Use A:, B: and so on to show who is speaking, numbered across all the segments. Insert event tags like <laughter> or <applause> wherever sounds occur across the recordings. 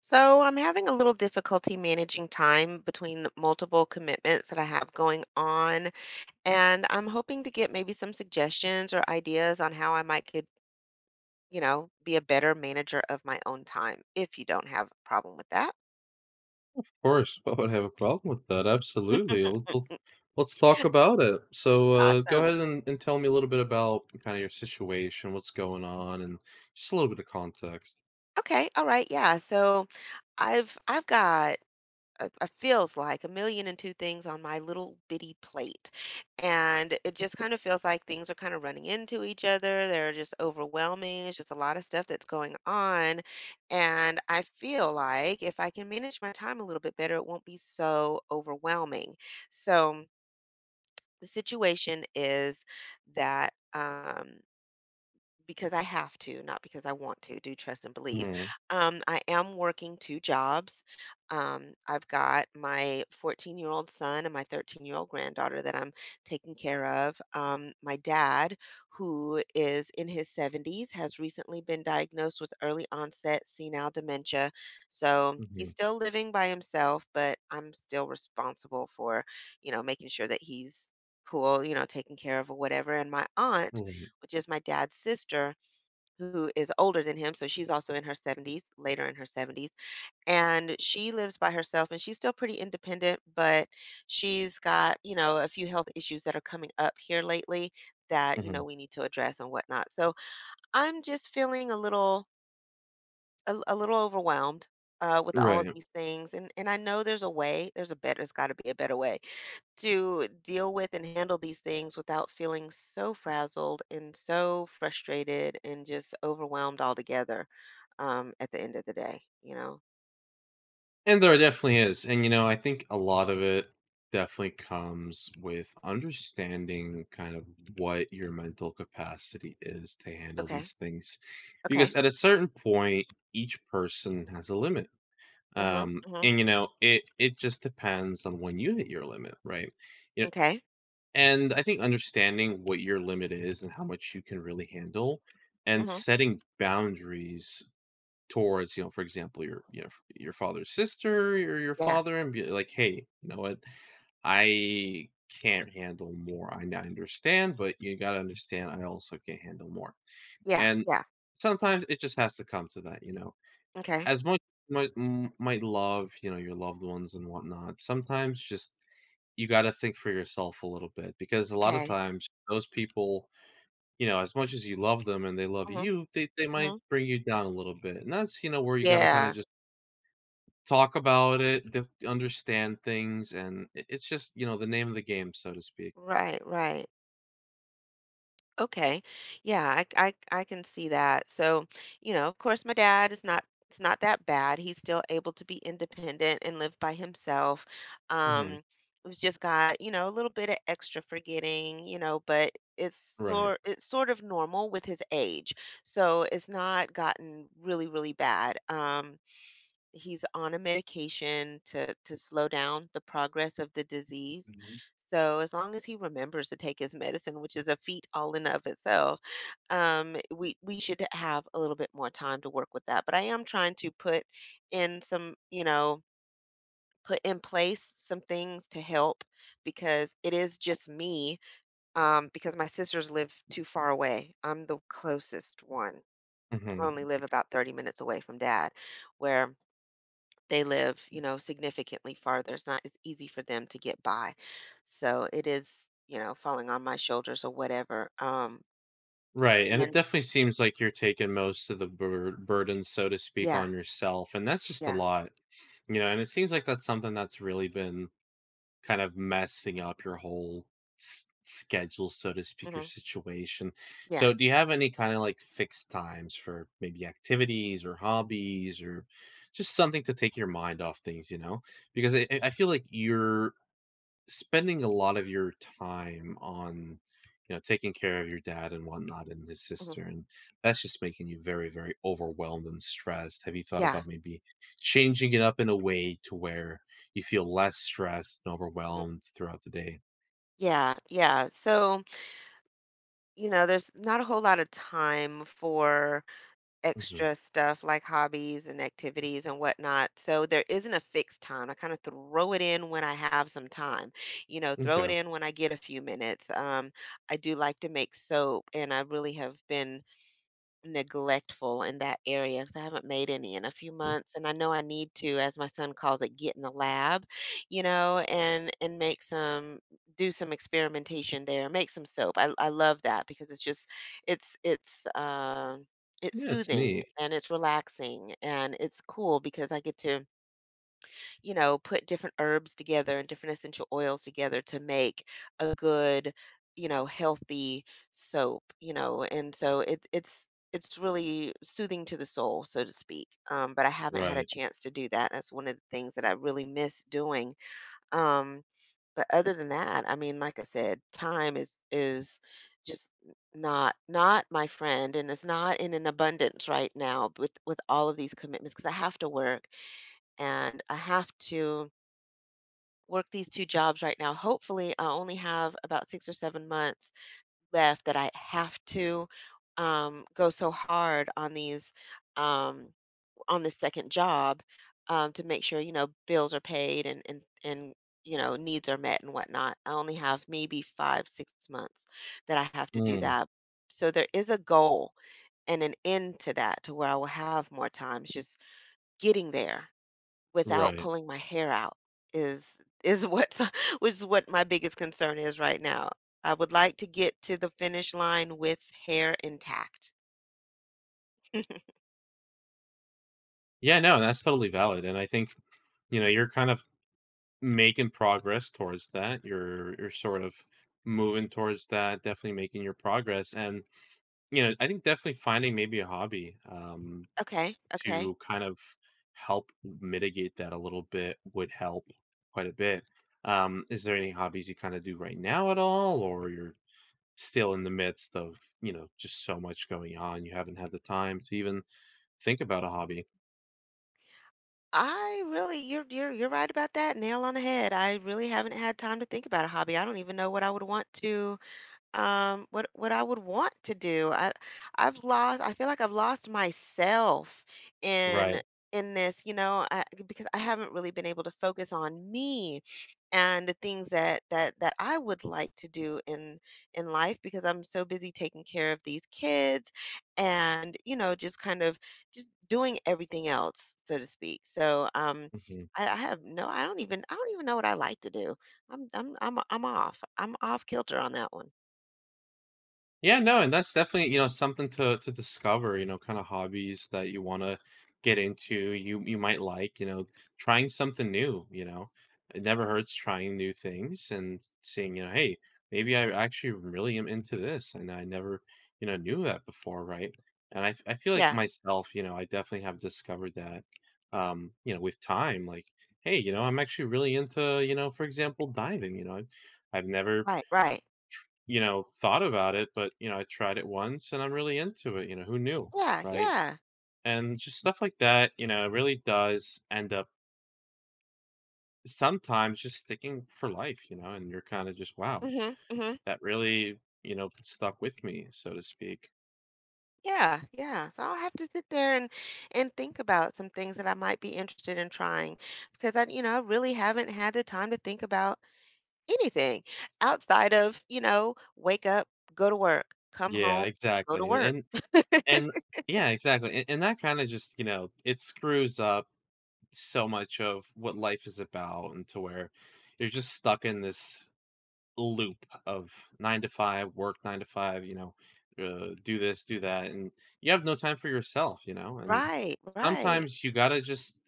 A: So I'm having a little difficulty managing time between multiple commitments that I have going on, and I'm hoping to get maybe some suggestions or ideas on how I might could, you know, be a better manager of my own time if you don't have a problem with that.
B: Course, <laughs> I would have a problem with that. Absolutely.
A: <laughs>
B: Let's talk about it. So, go
A: Awesome.
B: ahead and tell me a little bit about kind of your situation, what's going on, and just a little bit of context.
A: Okay, all right. Yeah. So I've got feels like a million and two things on my little bitty plate. And it just kind of feels like things are kind of running into each other. They're just overwhelming. It's just a lot of stuff that's going on. And I feel like if I can manage my time a little bit better, it won't be so overwhelming. So the situation is that. Because I have to, not because I want to, do trust and believe.
B: mm
A: I am working two jobs. I've got my 14-year-old son and my 13-year-old granddaughter that I'm taking care of. My dad, who is in his 70s, has recently been diagnosed with early onset senile dementia. So
B: hmm
A: he's still living by himself, but I'm still responsible for, you know, making sure that he's cool, you know, taking care of or whatever. And my aunt,
B: Right.
A: which is my dad's sister, who is older than him. So she's also in her 70s, later in her 70s. And she lives by herself and she's still pretty independent, but she's got, you know, a few health issues that are coming up here lately that, you know,
B: hmm
A: we need to address and whatnot. So I'm just feeling a little overwhelmed with all of
B: Right.
A: these things, and I know there's a way, there's a better, there's got to be a better way to deal with and handle these things without feeling so frazzled and so frustrated and just overwhelmed altogether at the end of the day, you know?
B: And there definitely is. And, you know, I think a lot of it definitely comes with understanding kind of what your mental capacity is to handle
A: Okay.
B: these things. Because
A: Okay.
B: at a certain point, each person has a limit.
A: Mm-hmm. Mm-hmm.
B: And you know, it just depends on when you hit your limit, right? You know,
A: Okay.
B: and I think understanding what your limit is and how much you can really handle, and
A: Mm-hmm.
B: setting boundaries towards, you know, for example, your your father's sister or your
A: Yeah.
B: father, and be like, hey, you know what, I can't handle more. I I understand, but you got to understand I also can't handle more.
A: Yeah.
B: And
A: Yeah.
B: sometimes it just has to come to that, you know.
A: Okay.
B: As much might m might love, you know, your loved ones and whatnot, sometimes just you gotta think for yourself a little bit because a lot of
A: Okay.
B: times those people, you know, as much as you love them and they love
A: Mm-hmm.
B: you, they might
A: Mm-hmm.
B: bring you down a little bit, and that's, you know, where you gotta kinda
A: Yeah.
B: just talk about it, d understand things, and I it's just, you know, the name of the game, so to speak.
A: Right. Right. Okay. Yeah, I I can see that. So, you know, of course my dad is not, it's not that bad. He's still able to be independent and live by himself.
B: Mhm.
A: Um, we've just got, you know, a little bit of extra forgetting, you know, but
B: Right.
A: it's sort of normal with his age. So it's not gotten really, really bad. He's on a medication to slow down the progress of the disease. So as long as he remembers to take his medicine, which is a feat all in of itself, we should have a little bit more time to work with that. But I am trying to put in some, you know, put in place some things to help because it is just me. Because my sisters live too far away. I'm the closest one. I
B: Mhm.
A: only live about 30 minutes away from dad, where they live, you know, significantly farther. It's not as easy for them to get by. So it is, you know, falling on my shoulders or whatever.
B: Right,
A: And
B: and
A: then
B: it definitely seems like you're taking most of the burden, so to speak,
A: yeah,
B: on yourself, and that's just a
A: yeah.
B: lot, you know, and it seems like that's something that's really been kind of messing up your whole s schedule, so to speak, your
A: hmm
B: situation.
A: yeah.
B: So, do you have any kinda, like, fixed times for maybe activities or hobbies or just something to take your mind off things, you know? Because I feel like you're spending a lot of your time on, you know, taking care of your dad and whatnot and his
A: hmm
B: sister, and that's just making you very, very overwhelmed and stressed. Have you thought
A: yeah.
B: about maybe changing it up in a way to where you feel less stressed and
A: hmm
B: overwhelmed throughout the day?
A: yeah. Yeah. So, you know, there's not a whole lot of time for
B: Mhm.
A: extra stuff like hobbies and activities and whatnot. So there isn't a fixed time. I kind of throw it in when I have some time, you know, throw it
B: Okay.
A: in when I get a few minutes. I do like to make soap, and I really have been neglectful in that area because I haven't made any in a few
B: Mm.
A: months, and I know I need to, as my son calls it, get in the lab, you know, and make some, do some experimentation there, make some soap. I love that because it's just it's it's um it's
B: Yeah, it's
A: soothing
B: neat.
A: and it's relaxing and it's cool because I get to, you know, put different herbs together and different essential oils together to make a good, you know, healthy soap, you know. And so it's really soothing to the soul, so to speak. But I haven't had a
B: Right.
A: chance to do that. That's one of the things that I really miss doing. Um, but other than that, I mean, like I said, time is just not my friend and it's not in an abundance right now with all of these commitments because I have to work and I have to work these 2 jobs right now. Hopefully, I only have about 6 or 7 months left that I have to, go so hard on these, um on this 2nd job, to make sure, you know, bills are paid and and, you know, needs are met and whatnot. I only have maybe 5, 6 months that I have to do
B: Mm.
A: that. So there is a goal and an end to that to where I will have more time. It's just getting there. Without
B: Right,
A: pulling my hair out is what <laughs> which is what my biggest concern is right now. I would like to get to the finish line with hair intact.
B: yeah, no, that's totally valid, and I think, you know, you're kind of making progress towards that. You're sort of moving towards that, definitely making your progress. And you know, I think definitely finding maybe a hobby,
A: Okay, okay.
B: to kind of help mitigate that a little bit would help quite a bit. Is there any hobbies you kind of do right now at all, or you're still in the midst of, you know, just so much going on, you haven't had the time to even think about a hobby?
A: I really, you're right about that. Nail on the head. I really haven't had time to think about a hobby. I don't even know what I would want to, what I would want to do. I've lost, I feel like I've lost myself in
B: Right.
A: this, you know, I, because I haven't really been able to focus on me and the things that that I would like to do in life because I'm so busy taking care of these kids and, you know, just kind of just doing everything else, so to speak. So
B: Mhm.
A: I have no, I don't even, I don't even know what I like to do. I'm off. I'm off kilter on that one.
B: Yeah, no, and that's definitely, you know, something to discover, you know, kind of hobbies that you want to get into, you might like, you know, trying something new, you know. It never hurts trying new things and seeing, you know, hey, maybe I actually really am into this and I never, you know, knew that before, right? And I feel like
A: Yeah,
B: myself, you know, I definitely have discovered that you know, with time like, hey, you know, I'm actually really into, you know, for example, diving, you know. I've never,
A: right, right.
B: you know, thought about it, but, you know, I tried it once and I'm really into it, you know, who knew,
A: Yeah,
B: right?
A: yeah.
B: And just stuff like that, you know, it really does end up sometimes just sticking for life, you know, and you're kind of just, wow,
A: Mhm, mhm.
B: that really, you know, stuck with me, so to speak.
A: Yeah, yeah. So I'll have to sit there and think about some things that I might be interested in trying because I, you know, I really haven't had the time to think about anything outside of, you know, wake up, go to work, come
B: Yeah,
A: home, go to
B: exactly. And
A: work.
B: and, and yeah, exactly. And that kind of just, you know, it screws up so much of what life is about and to where you're just stuck in this loop of 9 to 5, work 9 to 5, you know, do this, do that, and you have no time for yourself, you know, and
A: Right, right.
B: sometimes you gotta just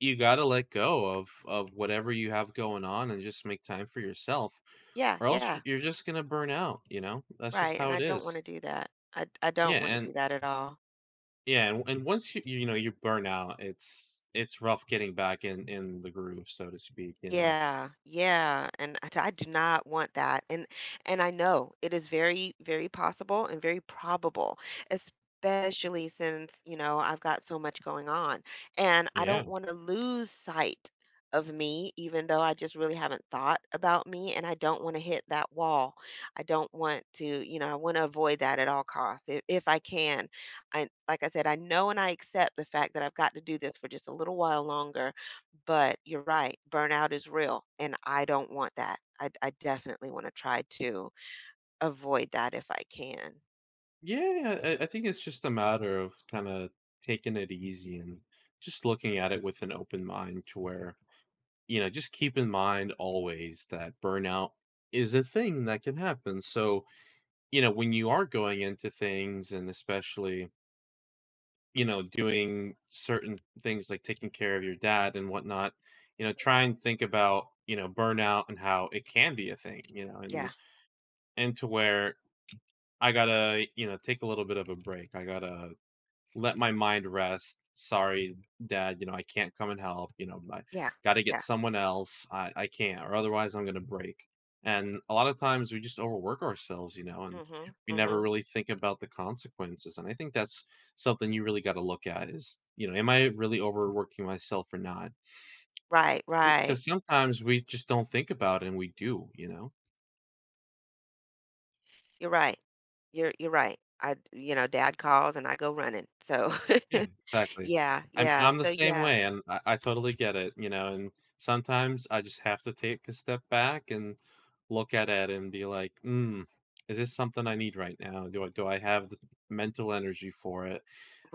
B: you gotta let go of whatever you have going on and just make time for yourself,
A: Yeah,
B: or else
A: yeah,
B: you're just gonna burn out, you know? That's just
A: right. And
B: how
A: I
B: it
A: don't want
B: is.
A: to do that. I
B: Yeah,
A: don't want to do
B: and
A: that at all.
B: yeah, and once you, you know, you burn out, it's rough getting back in the groove, so to speak, you know.
A: Yeah, yeah, and I do not want that, and I know it is very, very possible and very probable, especially since, you know, I've got so much going on, and I
B: Yeah.
A: don't wanna lose sight of me, even though I just really haven't thought about me, and I don't wanna hit that wall. I don't want to, you know, I wanna avoid that at all costs if I can. I, like I said, I know and I accept the fact that I've got to do this for just a little while longer, but you're right, burnout is real, and I don't want that. I definitely wanna try to avoid that if I can.
B: Yeah, I think it's just a matter of kind of taking it easy and just looking at it with an open mind to where, you know, just keep in mind always that burnout is a thing that can happen. So, you know, when you are going into things and especially, you know, doing certain things like taking care of your dad and whatnot, you know, try and think about, you know, burnout and how it can be a thing, you know,
A: Yeah,
B: and to where I gotta, you know, take a little bit of a break. I gotta let my mind rest. Sorry, dad, you know, I can't come and help, you know, I
A: yeah,
B: gotta get
A: yeah.
B: someone else. I can't, or otherwise I'm gonna break. And a lot of times we just overwork ourselves, you know, and
A: Mhm,
B: we never
A: mhm.
B: really think about the consequences. And I think that's something you really got to look at is, you know, am I really overworking myself or not?
A: Right, right.
B: Because sometimes we just don't think about it and we do, you know?
A: You're right. You're right. I, you know, dad calls and I go running, so
B: Yeah,
A: <laughs>
B: exactly.
A: Yeah,
B: I'm
A: yeah.
B: I'm the
A: So,
B: same
A: yeah.
B: way, and I totally get it, you know, and sometimes I just have to take a step back and look at it and be like, "Mm, is this something I need right now? Do I have the mental energy for it?"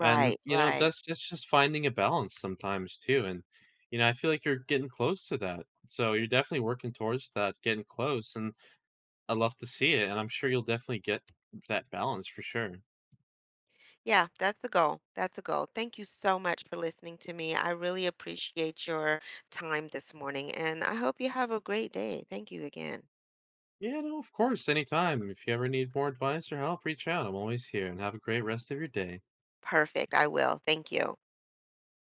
B: And, you know,
A: right.
B: that's just finding a balance sometimes too, and, you know, I feel like you're getting close to that. So, you're definitely working towards that, getting close, and I love to see it, and I'm sure you'll definitely get that balance for sure.
A: Yeah, that's the goal, that's the goal. Thank you so much for listening to me. I really appreciate your time this morning, and I hope you have a great day. Thank you again.
B: Yeah, no, of course. Anytime. If you ever need more advice or help, reach out. I'm always here and have a great rest of your day.
A: Perfect, I will, thank you.